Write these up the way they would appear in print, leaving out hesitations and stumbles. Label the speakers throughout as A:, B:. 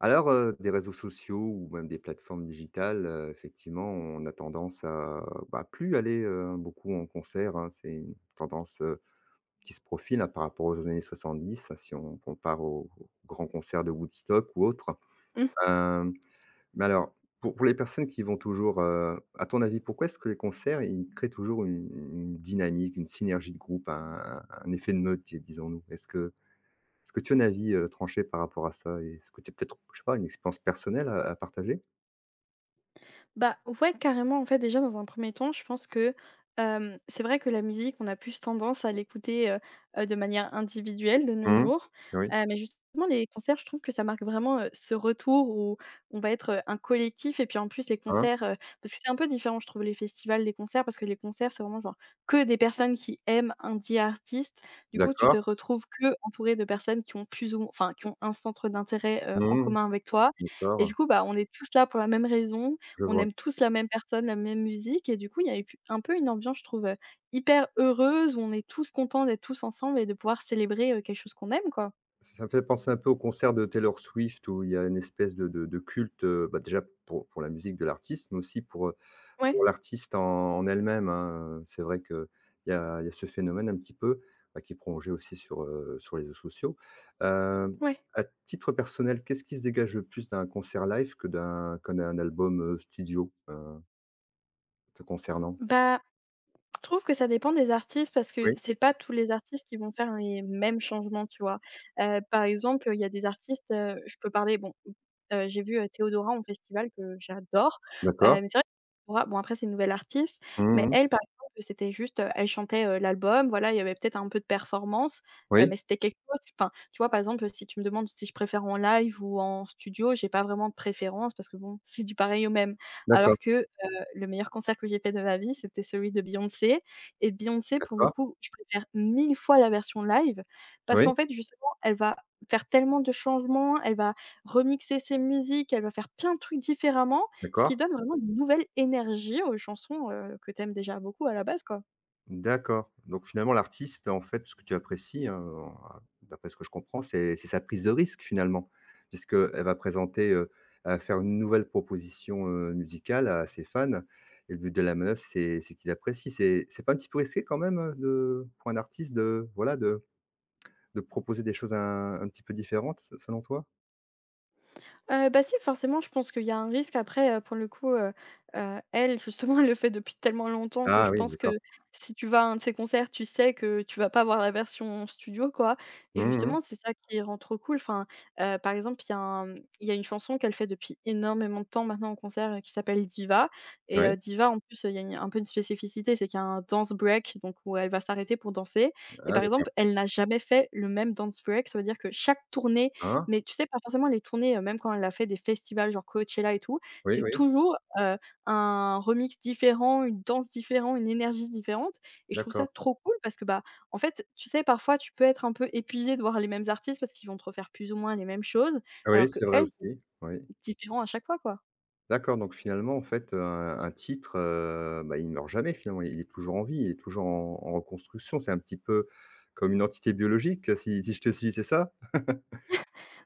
A: Alors, des réseaux sociaux ou même des plateformes digitales, effectivement, on a tendance à, bah, plus aller, beaucoup en concert, hein. C'est une tendance, qui se profile, hein, par rapport aux années 70, si on compare aux grands concerts de Woodstock ou autres.
B: Mmh.
A: Hem, mais alors, pour les personnes qui vont toujours, à ton avis, pourquoi est-ce que les concerts, ils créent toujours une dynamique, une synergie de groupe, un effet de meute, di disons-nous? Est-ce que tu as un avis, tranché par rapport à ça et est-ce que tu as peut-être, je sais pas, une expérience personnelle à partager?
B: Bah, ouais, carrément, en fait, déjà, dans un premier temps, je pense que c'est vrai que la musique, on a plus tendance à l'écouter, de manière individuelle de nos
A: Mmh.
B: jours.
A: Oui.
B: Mais justement, les concerts, je trouve que ça marque vraiment, ce retour où on va être, un collectif et puis, en plus, les
A: Hein?
B: concerts, parce que c'est un peu différent, je trouve, les festivals, les concerts, parce que les concerts, c'est vraiment, genre, que des personnes qui aiment un dit artiste. Du coup, tu te
A: D'accord.
B: retrouves que entouré de personnes qui ont plus ou enfin, qui ont un centre d'intérêt, en
A: Mmh.
B: commun avec toi et
A: D'accord,
B: du coup, bah, on est tous là pour la même raison.
A: je
B: On
A: vois.
B: aime tous la même personne, la même musique et du coup, il y a eu p un peu une ambiance, je trouve, hyper heureuse où on est tous contents d'être tous ensemble et de pouvoir célébrer, quelque chose qu'on aime, quoi.
A: Ça me fait penser un peu au concert de Taylor Swift où il y a une espèce de culte, bah, déjà pour la musique de l'artiste, mais aussi pour
B: Ouais,
A: pour l'artiste en elle-même, hein, c'est vrai qu'il y a ce phénomène un petit peu, bah, qui est prolongé aussi sur, sur les réseaux sociaux. Hem,
B: ouais.
A: à titre personnel, qu'est-ce qui se dégage le plus d'un concert live que d'un album, studio, te concernant?
B: Bah, Je trouve que ça dépend des artistes parce que
A: Oui,
B: c'est pas tous les artistes qui vont faire les mêmes changements, tu vois? Par exemple, il y a des artistes, je peux parler, bon, j'ai vu, Théodora en festival que j'adore,
A: d'accord.
B: mais c'est vrai Théodora, bon après c'est une nouvelle artiste, mais
A: Mmh.
B: elle par exemple, c'était juste, elle chantait, l'album, voilà, il y avait peut-être un peu de performance, mais
A: Oui,
B: c'était quelque chose enfin, tu vois par exemple, si tu me demandes si je préfère en live ou en studio, j'ai pas vraiment de préférence parce que bon, c'est du pareil au même. Alors
A: d'accord,
B: que, le meilleur concert que j'ai fait de ma vie, c'était celui de Beyoncé et Beyoncé, pour le
A: d'accord.
B: coup, je préfère 1000 fois la version live parce
A: Oui,
B: qu'en fait, justement, elle va faire tellement de changements, elle va remixer ses musiques, elle va faire plein de trucs différemment, ce qui
A: d'accord.
B: donne vraiment une nouvelle énergie aux chansons, que tu aimes déjà beaucoup à la base, quoi.
A: D'accord. Donc finalement, l'artiste, en fait, ce que tu apprécies, d'après ce que je comprends, c'est sa prise de risque finalement, puisqu'elle va présenter, elle faire une nouvelle proposition, musicale à ses fans et le but de la manœuvre, c'est qu'ils apprécient. C'est pas un petit peu risqué quand même, de pour un artiste de voilà, de proposer des choses un petit peu différentes, se selon toi?
B: Bah, si forcément je pense qu'il y a un risque après, pour le coup, elle justement elle le fait depuis tellement longtemps que
A: Ah
B: je
A: oui,
B: pense que
A: d'accord.
B: si tu vas à un de ses concerts, tu sais que tu vas pas voir la version studio quoi et
A: Mmh.
B: justement c'est ça qui rend trop cool. Enfin, par exemple, il y a une chanson qu'elle fait depuis énormément de temps maintenant en concert, qui s'appelle «Diva» et
A: Oui.
B: «Diva» en plus, il y a une un peu une spécificité, c'est qu'il y a un dance break donc où elle va s'arrêter pour danser et
A: Ah
B: par
A: d'accord.
B: exemple, elle n'a jamais fait le même dance break. Ça veut dire que chaque tournée
A: Hein?
B: mais tu sais, pas forcément les tournées, même quand elle a fait des festivals genre Coachella et tout,
A: Oui,
B: c'est
A: oui,
B: toujours, un remix différent, une danse différente, une énergie différente et je trouve
A: d'accord.
B: ça trop cool parce que, bah, en fait, tu sais, parfois, tu peux être un peu épuisé de voir les mêmes artistes parce qu'ils vont te refaire plus ou moins les mêmes choses
A: Oui,
B: alors
A: c'est vrai
B: qu'elle,
A: aussi, oui.
B: c'est différent à chaque fois, quoi.
A: D'accord, donc finalement, en fait, un titre, bah, il ne meurt jamais finalement, il est toujours en vie, il est toujours en reconstruction. C'est un petit peu comme une entité biologique, si je te suis, c'est ça?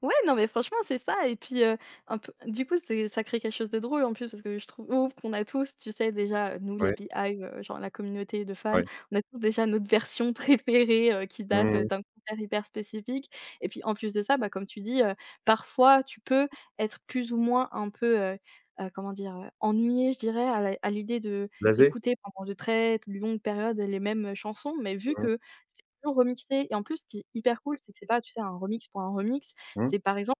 B: Ouais, non, mais franchement, c'est ça et puis, un peu du coup, c'est ça crée quelque chose de drôle en plus parce que je trouve qu'on a tous, tu sais, déjà, nous les
A: Ouais,
B: Beehive, genre la communauté de fans,
A: ouais.
B: on a tous déjà notre version préférée, qui date,
A: Mmh,
B: d'un concert hyper spécifique et puis, en plus de ça, bah, comme tu dis, parfois, tu peux être plus ou moins un peu, comment dire? Ennuyé, je dirais, à l'idée de
A: blasé?
B: d'écouter pendant de très longues périodes les mêmes, chansons mais vu
A: Mmh,
B: que c'est toujours remixé et en plus, ce qui est hyper cool, c'est que c'est pas, tu sais, un remix pour un remix.
A: mmh.
B: C'est par exemple,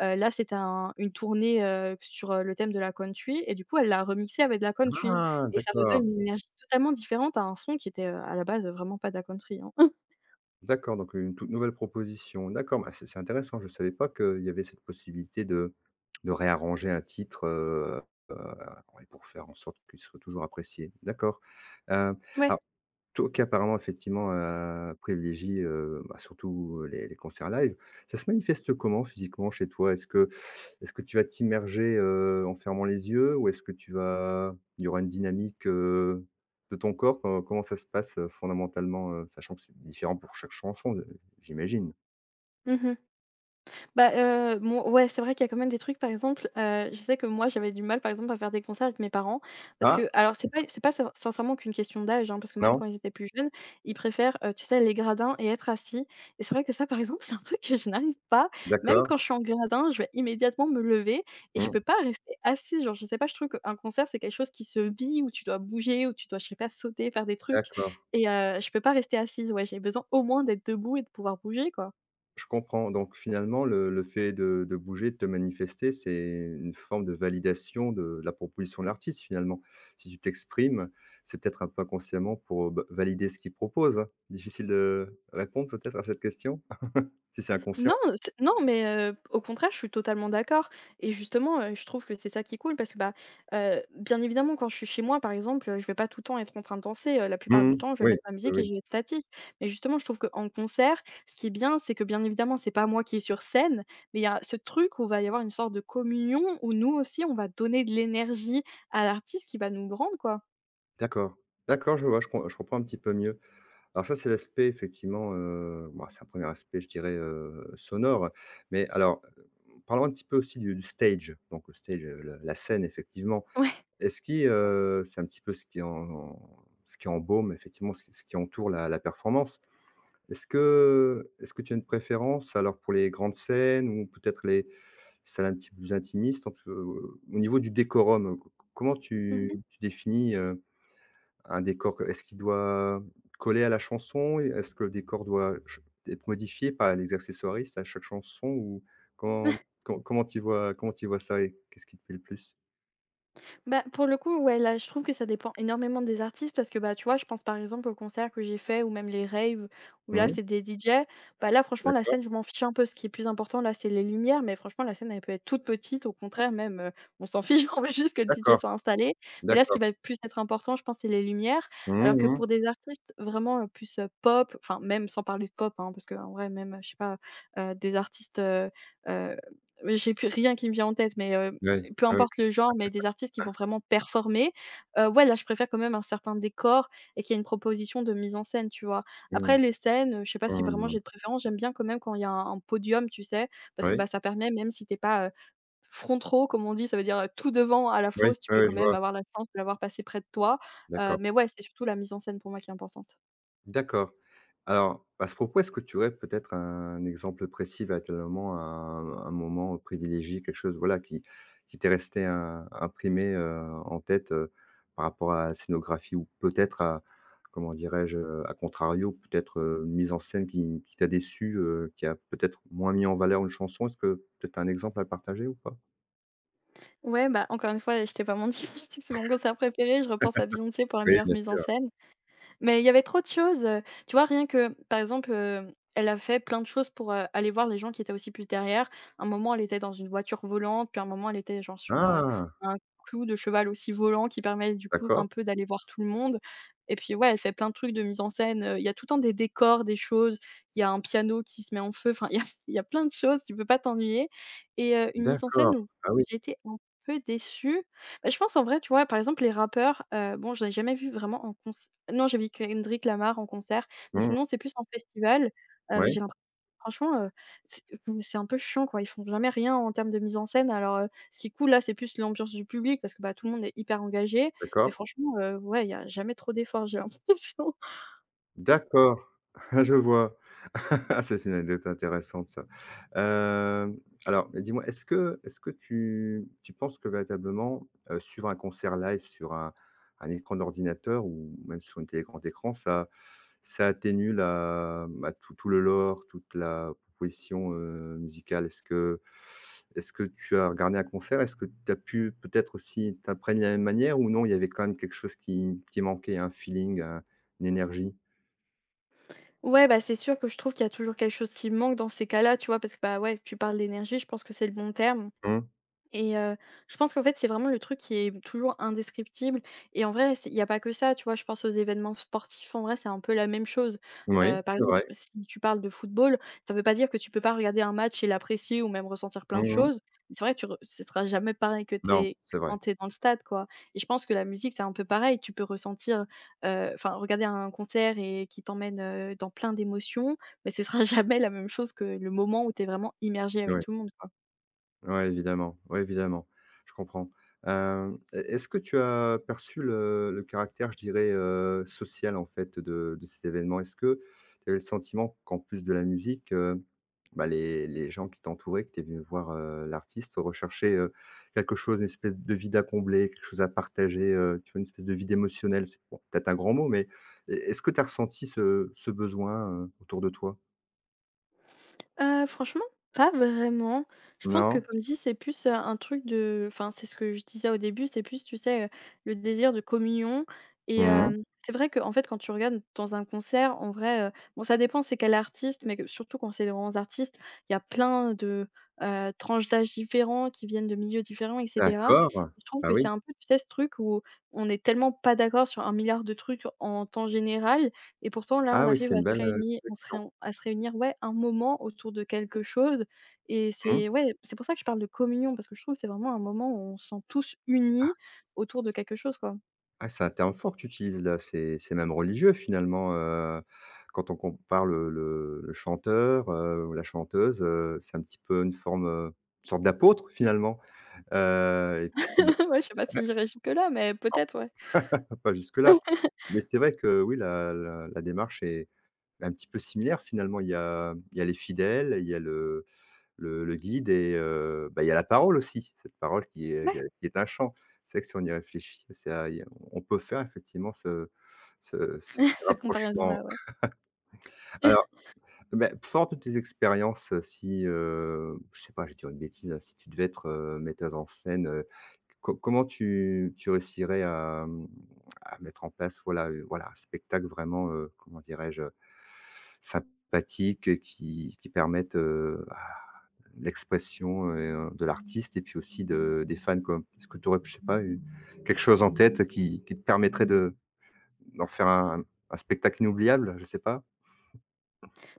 B: là, c'était un une tournée, sur le thème de la country et du coup, elle l'a remixé avec de la country
A: Ah
B: et ça
A: d'accord,
B: redonne une énergie totalement différente à un son qui était, à la base, vraiment pas de la country, hein.
A: d'accord, donc une toute nouvelle proposition. D'accord, bah, c'est intéressant, je ne savais pas qu'il y avait cette possibilité de réarranger un titre, heu, ouais, pour faire en sorte qu'il soit toujours apprécié. D'accord. Heu,
B: Ouais.
A: alors toi qui apparemment effectivement, privilégie, bah, surtout, les concerts live. Ça se manifeste comment physiquement chez toi? Est-ce que tu vas t'immerger, en fermant les yeux ou est-ce que tu vas il y aura une dynamique, de ton corps? Co Comment ça se passe, fondamentalement, sachant que c'est différent pour chaque chanson, j'imagine?
B: Mmh. Bah, mon ouais, c'est vrai qu'il y a quand même des trucs, par exemple, je sais que moi, j'avais du mal, par exemple, à faire des concerts avec mes parents parce
A: Ah,
B: que alors c'est pas sin sincèrement qu'une question d'âge, hein, parce que même
A: non?
B: quand ils étaient plus jeunes, ils préfèrent, tu sais, les gradins et être assis et c'est vrai que ça, par exemple, c'est un truc que je n'arrive pas. Même
A: D'accord.
B: quand je suis en gradin, je vais immédiatement me lever et je
A: Mmh,
B: peux pas rester assise. Genre, je sais pas, je trouve qu'un concert, c'est quelque chose qui se vit, où tu dois bouger, où tu dois, je sais pas, sauter, faire des trucs
A: d'accord.
B: et je peux pas rester assise. Ouais, j'ai besoin au moins d'être debout et de pouvoir bouger, quoi.
A: Je comprends. Donc finalement, le fait de bouger, de te manifester, c'est une forme de validation de la proposition de l'artiste, finalement. Si tu t'exprimes, c'est peut-être un peu inconsciemment pour, bah, valider ce qu'il propose, hein. Difficile de répondre peut-être à cette question? Si c'est
B: Non,
A: inconscient?
B: c'est non, mais au contraire, je suis totalement d'accord et justement, je trouve que c'est ça qui est cool parce que, bah, bien évidemment, quand je suis chez moi, par exemple, je vais pas tout le temps être en train de danser, la plupart du
A: Mmh.
B: temps, je vais
A: Oui,
B: mettre ma
A: oui,
B: musique et
A: oui.
B: je vais être statique. Mais justement, je trouve qu'en concert, ce qui est bien, c'est que, bien évidemment, c'est pas moi qui est sur scène, mais il y a ce truc où il va y avoir une sorte de communion où nous aussi, on va donner de l'énergie à l'artiste qui va nous le rendre, quoi.
A: D'accord. D'accord, je vois, je comprends un petit peu mieux. Alors ça, c'est l'aspect effectivement, bah, c'est un premier aspect, je dirais, sonore. Mais alors, parlons un petit peu aussi du stage. Donc le stage, la scène, effectivement.
B: Ouais.
A: C'est un petit peu ce qui en ce qui embaume effectivement, ce qui entoure la performance. Est-ce que tu as une préférence alors pour les grandes scènes ou peut-être les salles un petit peu plus intimistes? En t Au niveau du décorum, co comment
B: Mmh.
A: tu définis, un décor? Est-ce qu'il doit coller à la chanson? Est-ce que le décor doit ch être modifié par les accessoiristes à chaque chanson ou comment comment tu vois ça et qu'est-ce qui te plaît le plus?
B: Bah, pour le coup, ouais, là, je trouve que ça dépend énormément des artistes parce que, bah, tu vois, je pense par exemple aux concerts que j'ai fait ou même les raves où là,
A: Mmh.
B: c'est des DJ. Bah, là, franchement, la
A: D'accord,
B: scène, je m'en fiche un peu. Ce qui est plus important, là, c'est les lumières. Mais franchement, la scène, elle peut être toute petite. Au contraire, même, on s'en fiche, on veut juste que le DJ
A: d'accord,
B: soit installé. Mais là, ce qui
A: d'accord.
B: va plus être important, je pense, c'est les lumières.
A: Mmh
B: Alors que
A: mh.
B: pour des artistes vraiment plus pop, enfin, même sans parler de pop, hein, parce que en vrai, même, je sais pas, des artistes. Euh, j'ai plus rien qui me vient en tête, mais
A: Oui,
B: peu
A: oui.
B: importe le genre, mais des artistes qui vont vraiment performer, ouais, là, je préfère quand même un certain décor et qu'il y ait une proposition de mise en scène, tu vois? Après
A: Mmh.
B: les scènes, je sais pas si
A: Mmh.
B: vraiment
A: Mmh.
B: j'ai de préférence, j'aime bien quand même quand il y a un podium, tu sais? Parce que,
A: Oui,
B: bah, ça permet même si tu es pas, front row comme on dit, ça veut dire, tout devant à la
A: oui,
B: fosse, tu
A: oui,
B: peux
A: oui,
B: quand
A: je
B: même
A: vois.
B: avoir la chance de l'avoir passé près de toi,
A: D'accord,
B: mais ouais, c'est surtout la mise en scène pour moi qui est importante.
A: d'accord. Alors, à ce propos, est-ce que tu aurais peut-être un exemple précis, véritablement un moment privilégié, quelque chose, voilà, qui t'est resté im imprimé, en tête, par rapport à la scénographie ou peut-être à, comment dirais-je, à contrario, peut-être, une mise en scène qui t'a déçu, qui a peut-être moins mis en valeur une chanson? Est-ce que peut-être tu as un exemple à partager ou pas?
B: Ouais, bah, encore une fois, je t'ai vraiment dit, c'est mon concert préféré, je repense à Beyoncé pour la
A: Oui,
B: meilleure
A: bien
B: mise en
A: sûr.
B: scène. Mais il y avait trop de choses, tu vois? Rien que, par exemple, elle a fait plein de choses pour, aller voir les gens qui étaient aussi plus derrière. Un moment, elle était dans une voiture volante, puis un moment, elle était genre sur,
A: Ah!
B: un clou de cheval aussi volant qui permet du coup un
A: D'accord.
B: peu d'aller voir tout le monde et puis ouais, elle fait plein de trucs de mise en scène, il y a tout le temps des décors, des choses, il y a un piano qui se met en feu, enfin il y a il y a plein de choses, tu peux pas t'ennuyer et une mise en
A: D'accord.
B: scène où
A: Ah oui.
B: j'étais un peu déçue, bah, je pense en vrai, tu vois, par exemple, les rappeurs, bon, je n'ai jamais vu vraiment en conc non, j'ai vu Kendrick Lamar en concert, mais
A: Mmh mh.
B: sinon, c'est plus en festival, mais
A: Ouais,
B: j'ai l'impression franchement, c'est c'est un peu chiant, quoi. Ils font jamais rien en termes de mise en scène. Alors, ce qui est cool, là, c'est plus l'ambiance du public parce que, bah, tout le monde est hyper engagé, mais
A: d'accord.
B: franchement, ouais, il y a jamais trop d'efforts, j'ai l'impression.
A: D'accord. Je vois. C'est une anecdote intéressante, ça. Hem, alors mais dis-moi, est-ce que tu penses que véritablement, suivre un concert live sur un écran d'ordinateur ou même sur une télé grand écran, ça atténue tout le lore, toute la proposition, musicale. Est-ce que tu as regardé un concert? Est-ce que tu as pu peut-être aussi t'imprégner de la même manière ou non, il y avait quand même quelque chose qui manquait, un feeling, un une énergie?
B: Ouais, bah, c'est sûr que je trouve qu'il y a toujours quelque chose qui manque dans ces cas-là, tu vois? Parce que, bah, ouais, tu parles d'énergie, je pense que c'est le bon terme.
A: Mmh.
B: Et heu, je pense qu'en fait, c'est vraiment le truc qui est toujours indescriptible, et en vrai, il y a pas que ça, tu vois? Je pense aux événements sportifs, en vrai, c'est un peu la même chose.
A: Oui,
B: Par
A: c'est
B: exemple,
A: vrai.
B: si tu parles de football, ça ne veut pas dire que tu peux pas regarder un match et l'apprécier ou même ressentir plein de
A: Mmh mh.
B: choses. C'est vrai, tu re ce sera jamais pareil
A: Non, c'est
B: que
A: vrai.
B: quand tu es dans le stade, quoi. Et je pense que la musique, c'est un peu pareil. Tu peux ressentir, enfin, regarder un concert et qui t'emmène, dans plein d'émotions, mais ce sera jamais la même chose que le moment où tu es vraiment immergé avec
A: Oui.
B: tout le monde, quoi.
A: Ouais, évidemment, je comprends. E Est-ce que tu as perçu le caractère, je dirais, social, en fait, de ces événements? Est-ce que tu as le sentiment qu'en plus de la musique, bah, les gens qui t'entouraient, que tu es venu voir, l'artiste, recherchaient, quelque chose, une espèce de vide à combler, quelque chose à partager, tu vois, une espèce de vide émotionnel? C'est bon, peut-être un grand mot, mais e est-ce que tu as ressenti ce besoin, autour de toi?
B: Franchement, pas vraiment. Je pense que
A: Non?
B: comme dit, c'est plus, un truc de, enfin, c'est ce que je disais au début, c'est plus, tu sais, le désir de communion.
A: Mmh.
B: C'est vrai que en fait, quand tu regardes dans un concert, en vrai, bon, ça dépend c'est quel artiste, mais que surtout quand c'est des grands artistes, il y a plein de, tranches d'âge différents qui viennent de milieux différents et cetera.
A: D'accord.
B: Je trouve
A: Ah
B: que c'est
A: oui.
B: un peu, tu sais, ce truc où on est tellement pas d'accord sur un milliard de trucs en temps général et pourtant, là, on
A: Ah oui,
B: arrive
A: c'est
B: à
A: une
B: se
A: belle,
B: réunir, on se
A: réflexion.
B: réun à se réunir, ouais, un moment autour de quelque chose, et
A: Mmh.
B: c'est ouais, c'est pour ça que je parle de communion parce que je trouve que c'est vraiment un moment où on se sent tous unis autour de
A: C
B: quelque chose, quoi.
A: Ah, c'est un terme fort que tu utilises là, c'est même religieux finalement, quand on compare le chanteur, ou la chanteuse, c'est un petit peu une forme, une sorte d'apôtre finalement, et puis
B: Ouais, je sais pas si j'irai jusque là, mais peut-être, ouais.
A: pas jusque-là. Mais c'est vrai que oui, la démarche est un petit peu similaire finalement. Il y a les fidèles, il y a le guide et bah, il y a la parole aussi, cette parole qui est
B: Ouais,
A: qui est un chant. C'est vrai que si on y réfléchit, ça il y a on peut faire effectivement ce
B: cette
A: rapprochement.
B: comparaison-là, ouais.
A: Alors, beh, fort de tes expériences, si, je sais pas, je vais dire une bêtise, hein, si tu devais être, metteuse en scène, co comment tu réussirais à, mmh, à mettre en place, voilà, voilà, un spectacle vraiment, comment dirais-je? Sympathique, qui permette, l'expression, de l'artiste et puis aussi de des fans, quoi. Est-ce que tu aurais, je sais pas, eu quelque chose en tête qui te permettrait de d'en faire un spectacle inoubliable? Je sais pas.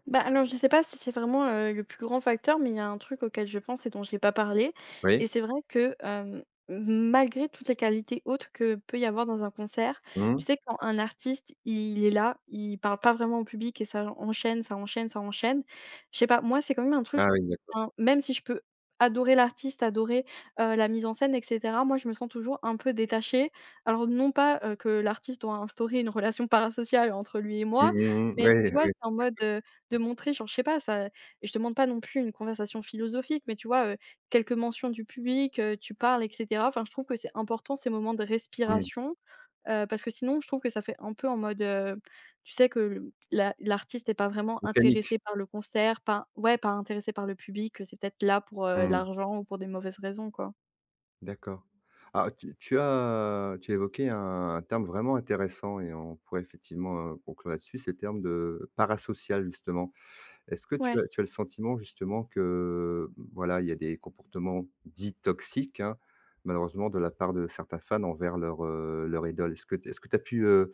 B: Bah, alors je sais pas si c'est vraiment, le plus grand facteur, mais il y a un truc auquel je pense et dont je n'ai pas parlé,
A: Oui?
B: et c'est vrai que, malgré toutes les qualités autres que peut y avoir dans un concert,
A: Mmh.
B: tu sais, quand un artiste, il est là, il parle pas vraiment au public et ça enchaîne, ça enchaîne. Je sais pas, moi, c'est quand même un truc,
A: Ah oui, d'accord.
B: enfin, même si je peux adorer l'artiste, adorer, la mise en scène et cetera, moi, je me sens toujours un peu détachée. Alors non pas, que l'artiste doit instaurer une relation parasociale entre lui et
A: Mmh,
B: moi,
A: mmh, mmh. Oui,
B: mais tu vois,
A: oui.
B: c'est en mode, de montrer genre, je sais pas, ça je demande pas non plus une conversation philosophique, mais tu vois, quelques mentions du public, tu parles et cetera. Enfin, je trouve que c'est important ces moments de
A: Mmh.
B: respiration, parce que sinon je trouve que ça fait un peu en mode, tu sais que le la l'artiste n'est pas vraiment
A: Mécanique.
B: intéressé par le concert, pas ouais, pas intéressé par le public, que c'est peut-être là pour,
A: Mmh.
B: l'argent ou pour des mauvaises raisons, quoi.
A: D'accord. Ah, tu as évoqué un terme vraiment intéressant et on pourrait effectivement, conclure là-dessus, c'est le terme de parasocial, justement. Est-ce que tu
B: Ouais.
A: as tu as le sentiment justement que, mmh, voilà, il y a des comportements dits toxiques, hein, malheureusement de la part de certains fans envers leur, leur idole? Est-ce que tu as pu, heu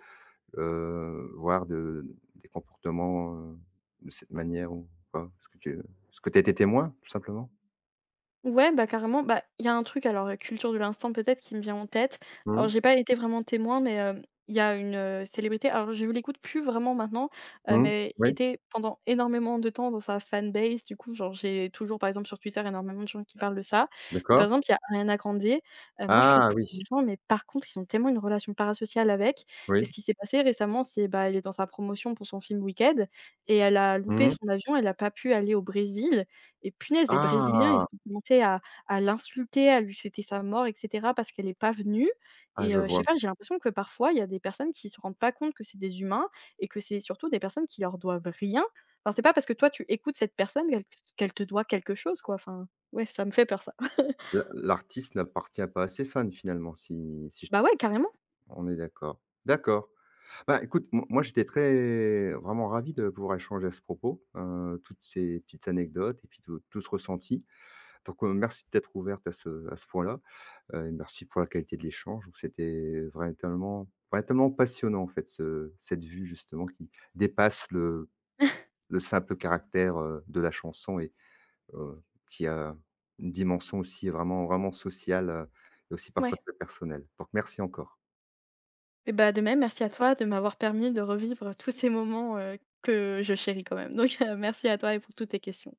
A: heu, voir de des comportements, de cette manière ou pas? Est-ce que tu as été témoin, tout simplement?
B: Ouais, bah, carrément. Bah, il y a un truc, alors, culture de l'instant peut-être qui me vient en tête.
A: Mmh
B: Alors
A: mh.
B: j'ai pas été vraiment témoin, mais, il y a une, célébrité, alors je l'écoute plus vraiment maintenant,
A: Mmh.
B: mais
A: Oui,
B: j'étais pendant énormément de temps dans sa fanbase. Du coup, genre, j'ai toujours, par exemple, sur Twitter, énormément de gens qui parlent de ça. Mais par
A: d'accord.
B: exemple, il y a Ariana Grande, moi je trouve
A: Ah
B: que c'est
A: oui,
B: des gens, mais par contre, ils ont tellement une relation parasociale avec, et
A: oui.
B: ce qui s'est passé récemment, c'est, bah, elle est dans sa promotion pour son film Wicked et elle a loupé
A: Mmh.
B: son avion, elle n'a pas pu aller au Brésil, et punaise, les brésiliens, ils
A: Ah!
B: ont commencé à l'insulter, à lui souhaiter sa mort et cetera parce qu'elle est pas venue.
A: Ah, je
B: Je
A: vois.
B: sais pas, j'ai l'impression que parfois, il y a des personnes qui se rendent pas compte que c'est des humains et que c'est surtout des personnes qui leur doivent rien. Enfin, c'est pas parce que toi, tu écoutes cette personne qu'elle te doit quelque chose, quoi. Enfin, ouais, ça me fait peur ça.
A: L'artiste n'appartient pas à ses fans finalement, si si je
B: Bah, ouais, carrément.
A: on est d'accord. D'accord. Bah, écoute, mo moi, j'étais très vraiment ravi de pouvoir échanger à ce propos, toutes ces petites anecdotes et puis tout ce ressenti. Donc, merci d'être ouverte à ce point-là, et merci pour la qualité de l'échange. Donc c'était véritablement véritablement passionnant, en fait, ce cette vue justement qui dépasse le le simple caractère, de la chanson et heu, qui a une dimension aussi vraiment vraiment sociale, et aussi parfois
B: Ouais,
A: très personnelle. Donc merci encore.
B: et bah, de même, merci à toi de m'avoir permis de revivre tous ces moments, que je chéris quand même. Donc, merci à toi et pour toutes tes questions.